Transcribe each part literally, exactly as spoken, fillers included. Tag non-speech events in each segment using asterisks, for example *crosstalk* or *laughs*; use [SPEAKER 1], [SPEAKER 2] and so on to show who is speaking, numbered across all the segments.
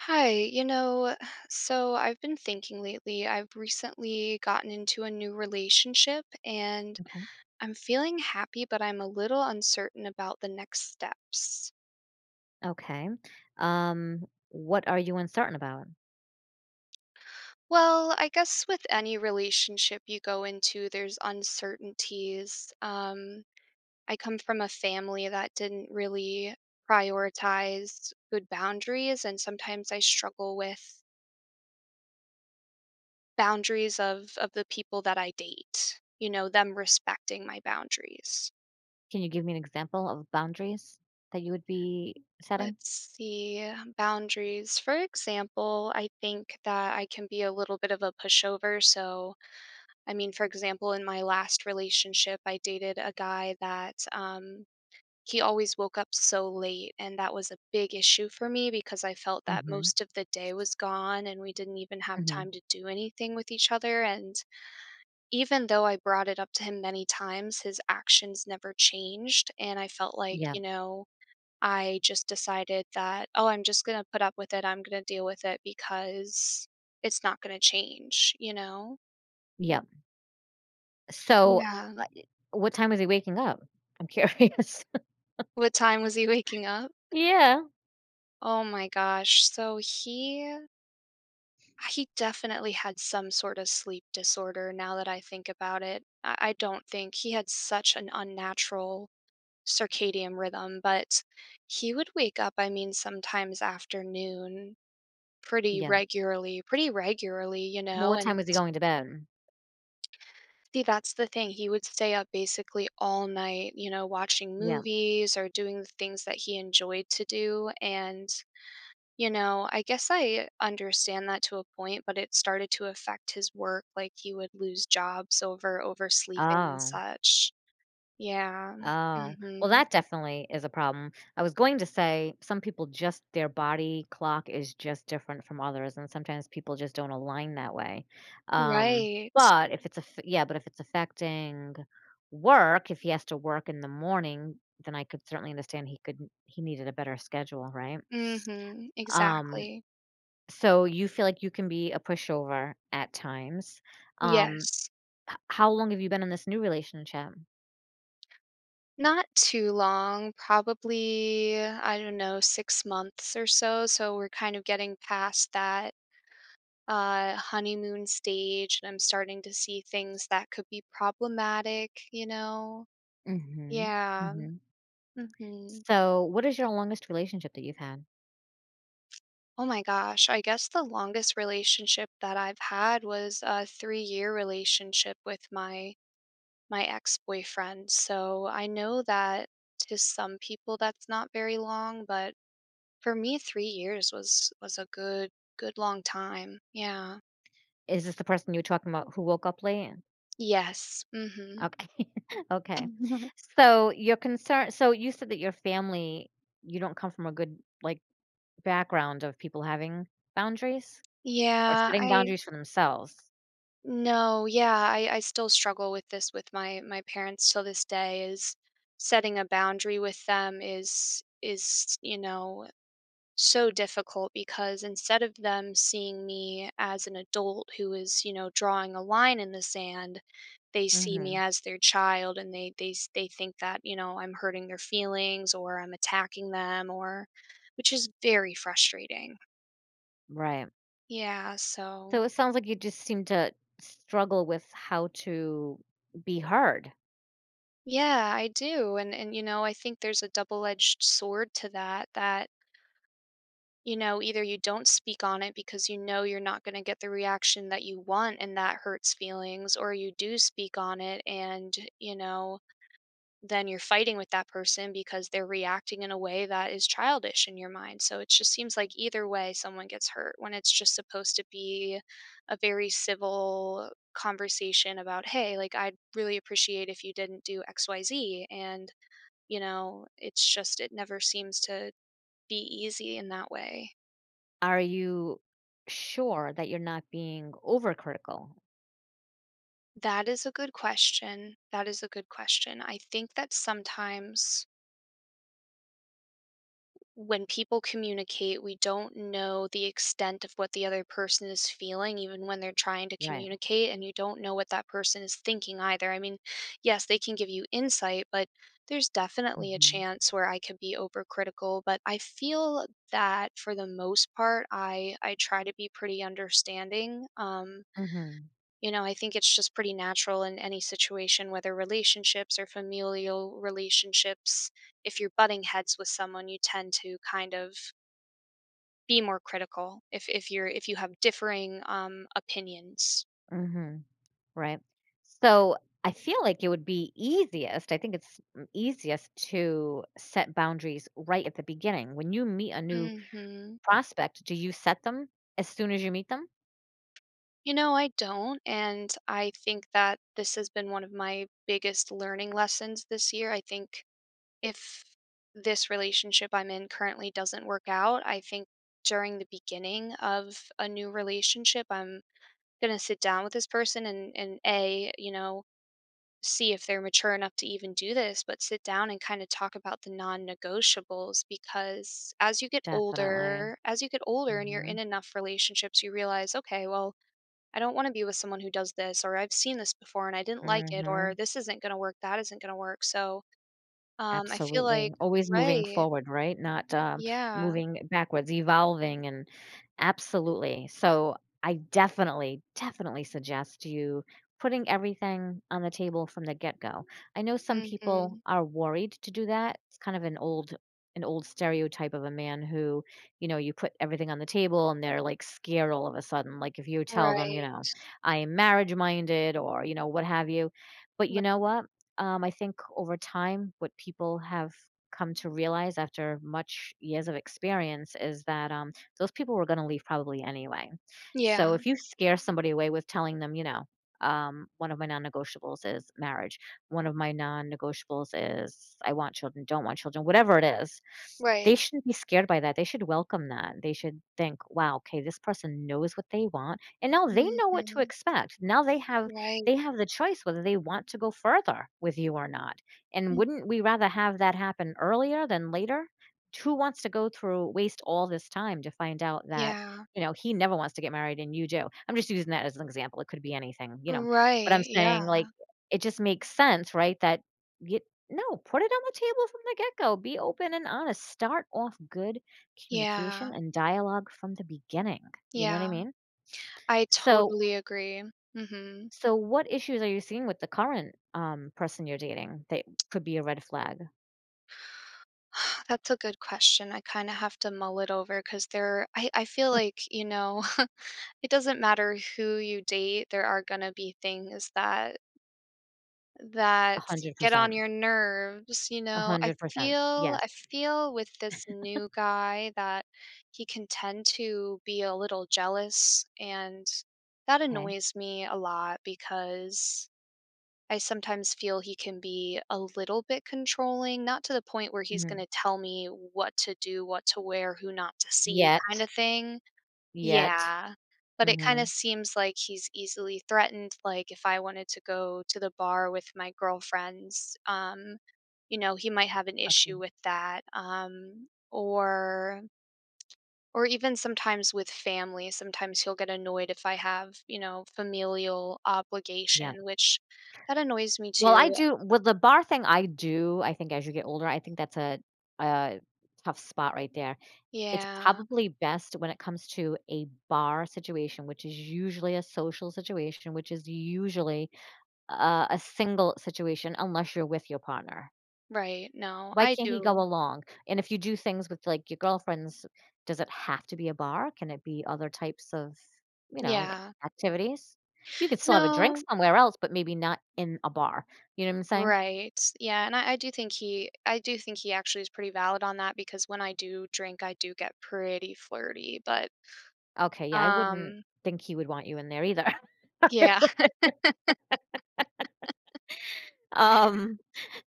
[SPEAKER 1] Hi, you know, so I've been thinking lately, I've recently gotten into a new relationship and
[SPEAKER 2] Okay.
[SPEAKER 1] I'm feeling happy, but I'm a little uncertain about the next steps.
[SPEAKER 2] Okay. Um, what are you uncertain about?
[SPEAKER 1] Well, I guess with any relationship you go into, there's uncertainties. Um, I come from a family that didn't really prioritize good boundaries, and sometimes I struggle with boundaries of of the people that I date, you know, them respecting my boundaries.
[SPEAKER 2] Can you give me an example of boundaries that you would be setting?
[SPEAKER 1] Let's see, boundaries. For example, I think that I can be a little bit of a pushover. So, I mean, for example, in my last relationship, I dated a guy that um, he always woke up so late. And that was a big issue for me because I felt that
[SPEAKER 2] Mm-hmm.
[SPEAKER 1] most of the day was gone and we didn't even have
[SPEAKER 2] Mm-hmm.
[SPEAKER 1] time to do anything with each other. And even though I brought it up to him many times, his actions never changed, and I felt like,
[SPEAKER 2] Yeah.
[SPEAKER 1] you know, I just decided that, "Oh, I'm just gonna put up with it, I'm gonna deal with it because it's not gonna change," you know?
[SPEAKER 2] Yeah. So,
[SPEAKER 1] Yeah.
[SPEAKER 2] like, what time is he waking up? I'm curious.
[SPEAKER 1] What time was he waking up?
[SPEAKER 2] *laughs* Yeah.
[SPEAKER 1] Oh my gosh, so he he definitely had some sort of sleep disorder now that I think about it. I I don't think he had such an unnatural circadian rhythm, but he would wake up, I mean, sometimes after noon pretty
[SPEAKER 2] Yeah.
[SPEAKER 1] regularly, pretty regularly, you
[SPEAKER 2] Well,
[SPEAKER 1] know,
[SPEAKER 2] what time
[SPEAKER 1] and
[SPEAKER 2] is he going to bed?
[SPEAKER 1] see, that's the thing. He would stay up basically all night, you know, watching
[SPEAKER 2] Yeah.
[SPEAKER 1] movies or doing the things that he enjoyed to do. And, you know, I guess I understand that to a point, but it started to affect his work. Like he would lose jobs over oversleeping and
[SPEAKER 2] Oh.
[SPEAKER 1] such. Yeah.
[SPEAKER 2] Oh, well,
[SPEAKER 1] Hmm.
[SPEAKER 2] that definitely is a problem. I was going to say some people just their body clock is just different from others, and sometimes people just don't align that way. Um,
[SPEAKER 1] Right.
[SPEAKER 2] but if it's a yeah, but if it's affecting work, if he has to work in the morning, then I could certainly understand he could he needed a better schedule, right?
[SPEAKER 1] Mhm,
[SPEAKER 2] Um,
[SPEAKER 1] exactly.
[SPEAKER 2] so you feel like you can be a pushover at times. Um,
[SPEAKER 1] Yes.
[SPEAKER 2] h- how long have you been in this new relationship?
[SPEAKER 1] Not too long, probably, I don't know, six months or so, so we're kind of getting past that, uh, honeymoon stage, and I'm starting to see things that could be problematic, you know?
[SPEAKER 2] Hmm
[SPEAKER 1] Yeah,
[SPEAKER 2] hmm
[SPEAKER 1] mhm.
[SPEAKER 2] So, what is your longest relationship that you've had?
[SPEAKER 1] Oh my gosh, I guess the longest relationship that I've had was a three-year relationship with my my ex-boyfriend. So I know that to some people that's not very long, but for me three years was was a good good long time. Yeah.
[SPEAKER 2] Is this the person you were talking about who woke up late?
[SPEAKER 1] Yes. Mhm.
[SPEAKER 2] Okay. *laughs* Okay.
[SPEAKER 1] *laughs*
[SPEAKER 2] So, your concern so you said that your family, you don't come from a good, like, background of people having boundaries or
[SPEAKER 1] Yeah,
[SPEAKER 2] setting
[SPEAKER 1] I
[SPEAKER 2] boundaries for themselves.
[SPEAKER 1] no, yeah, I I still struggle with this with my my parents till this day is setting a boundary with them is is, you know, so difficult because instead of them seeing me as an adult who is, you know, drawing a line in the sand, they see me
[SPEAKER 2] Mhm.
[SPEAKER 1] as their child and they they s- they think that, you know, I'm hurting their feelings or I'm attacking them or which is very frustrating.
[SPEAKER 2] Right.
[SPEAKER 1] Yeah, so
[SPEAKER 2] So, it sounds like you just seem to struggle with how to be heard.
[SPEAKER 1] yeah, I do. And and you know, I think there's a double-edged sword to that that You know, either you don't speak on it because you know you're not gonna get the reaction that you want and that hurts feelings, or you do speak on it and, you know, then you're fighting with that person because they're reacting in a way that is childish in your mind. So it just seems like either way someone gets hurt when it's just supposed to be a very civil conversation about, "Hey, like, I'd really appreciate if you didn't do X Y Z," and, you know, it's just it never seems to be easy in that way.
[SPEAKER 2] Are you sure that you're not being overcritical?
[SPEAKER 1] That is a good question. That is a good question. I think that sometimes when people communicate, we don't know the extent of what the other person is feeling, even when they're trying to
[SPEAKER 2] Right.
[SPEAKER 1] communicate, and you don't know what that person is thinking either. I mean, yes, they can give you insight, but there's definitely a
[SPEAKER 2] Mhm.
[SPEAKER 1] chance where I could be overcritical. But I feel that for the most part, I I try to be pretty understanding. Um,
[SPEAKER 2] Mhm.
[SPEAKER 1] You know, I think it's just pretty natural in any situation, whether relationships or familial relationships. If you're butting heads with someone, you tend to kind of be more critical if, if you're if you have differing um, opinions.
[SPEAKER 2] Mhm. Right. So I feel like it would be easiest, I think it's mm, easiest to set boundaries right at the beginning. When you meet a new
[SPEAKER 1] Hmm.
[SPEAKER 2] prospect, do you set them as soon as you meet them?
[SPEAKER 1] You know, I don't. And I think that this has been one of my biggest learning lessons this year. I think if this relationship I'm in currently doesn't work out, I think during the beginning of a new relationship, I'm gonna sit down with this person and and A, you know, see if they're mature enough to even do this, but sit down and kind of talk about the non-negotiables because as you get
[SPEAKER 2] Definitely.
[SPEAKER 1] older, as you get older and you're
[SPEAKER 2] Hmm
[SPEAKER 1] in enough relationships, you realize, okay, well, I don't want to be with someone who does this, or I've seen this before and I didn't like it, or
[SPEAKER 2] hmm
[SPEAKER 1] this isn't gonna work, that isn't gonna work. So um I feel like.
[SPEAKER 2] Absolutely. Always moving
[SPEAKER 1] Right.
[SPEAKER 2] forward, right? Not, um,
[SPEAKER 1] Yeah.
[SPEAKER 2] moving backwards, evolving and absolutely. So, I definitely, definitely suggest you putting everything on the table from the get-go. I know some people
[SPEAKER 1] Hmm.
[SPEAKER 2] are worried to do that. It's kind of an old an old stereotype of a man who, you know, you put everything on the table and they're, like, scared all of a sudden. Like, if you tell them, you
[SPEAKER 1] Right.
[SPEAKER 2] know, "I am marriage-minded," or, you know, what have you. But
[SPEAKER 1] Right.
[SPEAKER 2] you know what? Um, I think over time, what people have come to realize after much years of experience is that um, those people were going to leave probably anyway. So
[SPEAKER 1] Yeah.
[SPEAKER 2] if you scare somebody away with telling them, you know, um, one of my non negotiables is marriage, one of my non negotiables is I want children, don't want children, whatever it is, they
[SPEAKER 1] Right.
[SPEAKER 2] shouldn't be scared by that. They should welcome that. They should think, wow, okay, this person knows what they want. And now they know what to
[SPEAKER 1] Hmm.
[SPEAKER 2] expect. Now they have
[SPEAKER 1] Right.
[SPEAKER 2] they have the choice whether they want to go further with you or not. And
[SPEAKER 1] Mm.
[SPEAKER 2] wouldn't we rather have that happen earlier than later? Who wants to go through waste all this time to find out that,
[SPEAKER 1] Yeah.
[SPEAKER 2] you know, he never wants to get married and you do? I'm just using that as an example. It could be anything, you know. But I'm
[SPEAKER 1] Right, yeah.
[SPEAKER 2] saying like it just makes sense, right? That you no, put it on the table from the get go. Be open and honest. Start off good communication
[SPEAKER 1] Yeah,
[SPEAKER 2] and dialogue from the beginning. You know what I
[SPEAKER 1] yeah.
[SPEAKER 2] mean?
[SPEAKER 1] I
[SPEAKER 2] So
[SPEAKER 1] totally agree. Mhm.
[SPEAKER 2] so, what issues are you seeing with the current, um, person you're dating that could be a red flag?
[SPEAKER 1] *sighs* That's a good question. I kinda have to mull it over because there I I feel like, you know, *laughs* it doesn't matter who you date, there are gonna be things that that get on
[SPEAKER 2] one hundred percent.
[SPEAKER 1] your nerves, you
[SPEAKER 2] A
[SPEAKER 1] know? I
[SPEAKER 2] one hundred percent.
[SPEAKER 1] feel
[SPEAKER 2] Yes.
[SPEAKER 1] I feel with this new guy that he can tend to be a little jealous, and that
[SPEAKER 2] Okay.
[SPEAKER 1] annoys me a lot because I sometimes feel he can be a little bit controlling, not to the point where he's
[SPEAKER 2] Mhm.
[SPEAKER 1] gonna tell me what to do, what to wear, who not to see kind
[SPEAKER 2] Yet.
[SPEAKER 1] of thing.
[SPEAKER 2] Yet.
[SPEAKER 1] Yeah. But it kinda
[SPEAKER 2] Mhm.
[SPEAKER 1] seems like he's easily threatened, like, if I wanted to go to the bar with my girlfriends, um, you know, he might have an
[SPEAKER 2] Okay.
[SPEAKER 1] issue with that, um, or or even sometimes with family, sometimes he'll get annoyed if I have, you know, familial
[SPEAKER 2] Yeah.
[SPEAKER 1] obligation, which that annoys me
[SPEAKER 2] Well, I
[SPEAKER 1] too.
[SPEAKER 2] do with the bar thing, I do, I think as you get older, I think that's a a tough spot right there. It's
[SPEAKER 1] Yeah,
[SPEAKER 2] probably best when it comes to a bar situation, which is usually a social situation, which is usually, uh, a single situation unless you're with your partner.
[SPEAKER 1] right, no,
[SPEAKER 2] Why
[SPEAKER 1] I
[SPEAKER 2] can't he go
[SPEAKER 1] do.
[SPEAKER 2] along? And if you do things with, like, your girlfriends, does it have to be a bar? Can it be other types of, you know,
[SPEAKER 1] Yeah.
[SPEAKER 2] activities? You could still have a drink
[SPEAKER 1] No,
[SPEAKER 2] somewhere else, but maybe not in a bar. You know what I'm saying?
[SPEAKER 1] right, yeah, and I I do think he I do think he actually is pretty valid on that because when I do drink, I do get pretty flirty, but,
[SPEAKER 2] Okay, yeah, I wouldn't
[SPEAKER 1] um,
[SPEAKER 2] think he would want you in there either.
[SPEAKER 1] yeah,
[SPEAKER 2] *laughs*
[SPEAKER 1] *laughs*
[SPEAKER 2] Um,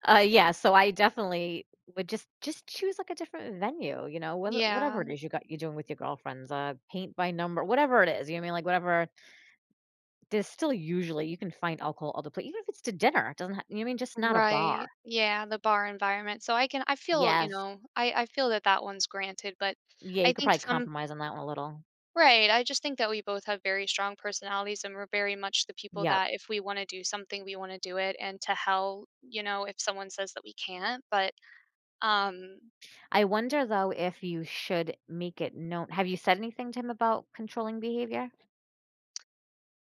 [SPEAKER 2] uh, yeah, so I definitely would just just choose, like, a different venue, you know, whether
[SPEAKER 1] yeah,
[SPEAKER 2] whatever it is you got you're doing with your girlfriends, uh, paint by number, whatever it is, you know what I mean? Like, whatever there's still usually you can find alcohol other pla even if it's to dinner, it doesn't ha you know what I mean, just not a bar.
[SPEAKER 1] right, yeah, the bar environment, so I can I feel, you
[SPEAKER 2] Yes.
[SPEAKER 1] know, I I feel that that one's granted, but
[SPEAKER 2] Yeah,
[SPEAKER 1] I
[SPEAKER 2] you could
[SPEAKER 1] think
[SPEAKER 2] probably
[SPEAKER 1] some.
[SPEAKER 2] compromise on that one a little.
[SPEAKER 1] Right. I just think that we both have very strong personalities and we're very much the people
[SPEAKER 2] Yep.
[SPEAKER 1] that if we want to do something, we want to do it and to hell, you know, if someone says that we can't. But um
[SPEAKER 2] I wonder, though, if you should make it known have you said anything to him about controlling behavior?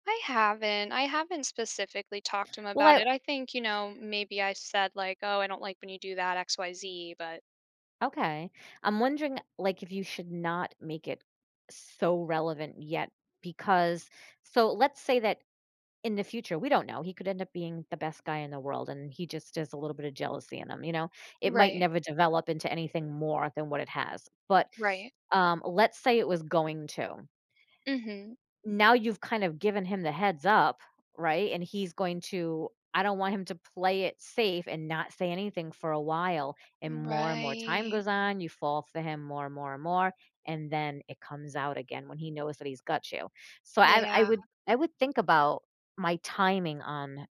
[SPEAKER 1] I haven't I haven't specifically talked to him about it.
[SPEAKER 2] Well,
[SPEAKER 1] I think, you know, maybe I said like, "Oh, I don't like when you do that X Y Z." But
[SPEAKER 2] I okay. I'm wondering, like, if you should not make it so relevant yet because so let's say that in the future, we don't know. He could end up being the best guy in the world, and he just has a little bit of jealousy in him, you know? It might
[SPEAKER 1] right.
[SPEAKER 2] never develop into anything more than what it has. But,
[SPEAKER 1] Right.
[SPEAKER 2] um, let's say it was going to
[SPEAKER 1] Mhm.
[SPEAKER 2] now you've kind of given him the heads up, right? And he's going to I don't want him to play it safe and not say anything for a while. And more and more time
[SPEAKER 1] Right.
[SPEAKER 2] goes on, you fall for him more and more and more, and then it comes out again when he knows that he's got you. So I I
[SPEAKER 1] Yeah.
[SPEAKER 2] would I would think about my timing on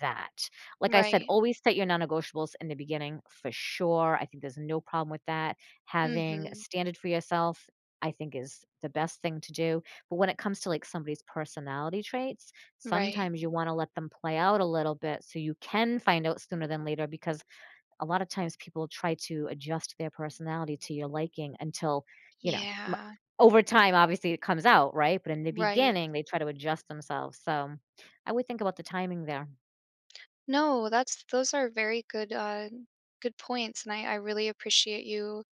[SPEAKER 2] that. Like I said,
[SPEAKER 1] Right.
[SPEAKER 2] always set your non-negotiables in the beginning for sure. I think there's no problem with that. Having a
[SPEAKER 1] Mhm.
[SPEAKER 2] standard for yourself, I think is the best thing to do but when it comes to like somebody's personality traits,
[SPEAKER 1] Right.
[SPEAKER 2] sometimes you want to let them play out a little bit so you can find out sooner than later because a lot of times people try to adjust their personality to your liking until, you know, m-
[SPEAKER 1] Yeah.
[SPEAKER 2] over time, obviously it comes out, right? But in the
[SPEAKER 1] Right.
[SPEAKER 2] beginning, they try to adjust themselves. So I would think about the timing there. Of
[SPEAKER 1] No, that's those are very good uh good points and I I really appreciate you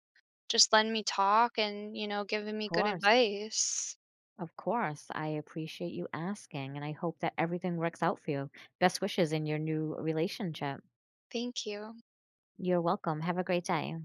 [SPEAKER 1] just letting me talk and, you know, giving me good
[SPEAKER 2] course.
[SPEAKER 1] advice.
[SPEAKER 2] Of course. I appreciate you asking and I hope that everything works out for you. Best wishes in your new relationship.
[SPEAKER 1] Thank you.
[SPEAKER 2] You're welcome. Have a great day.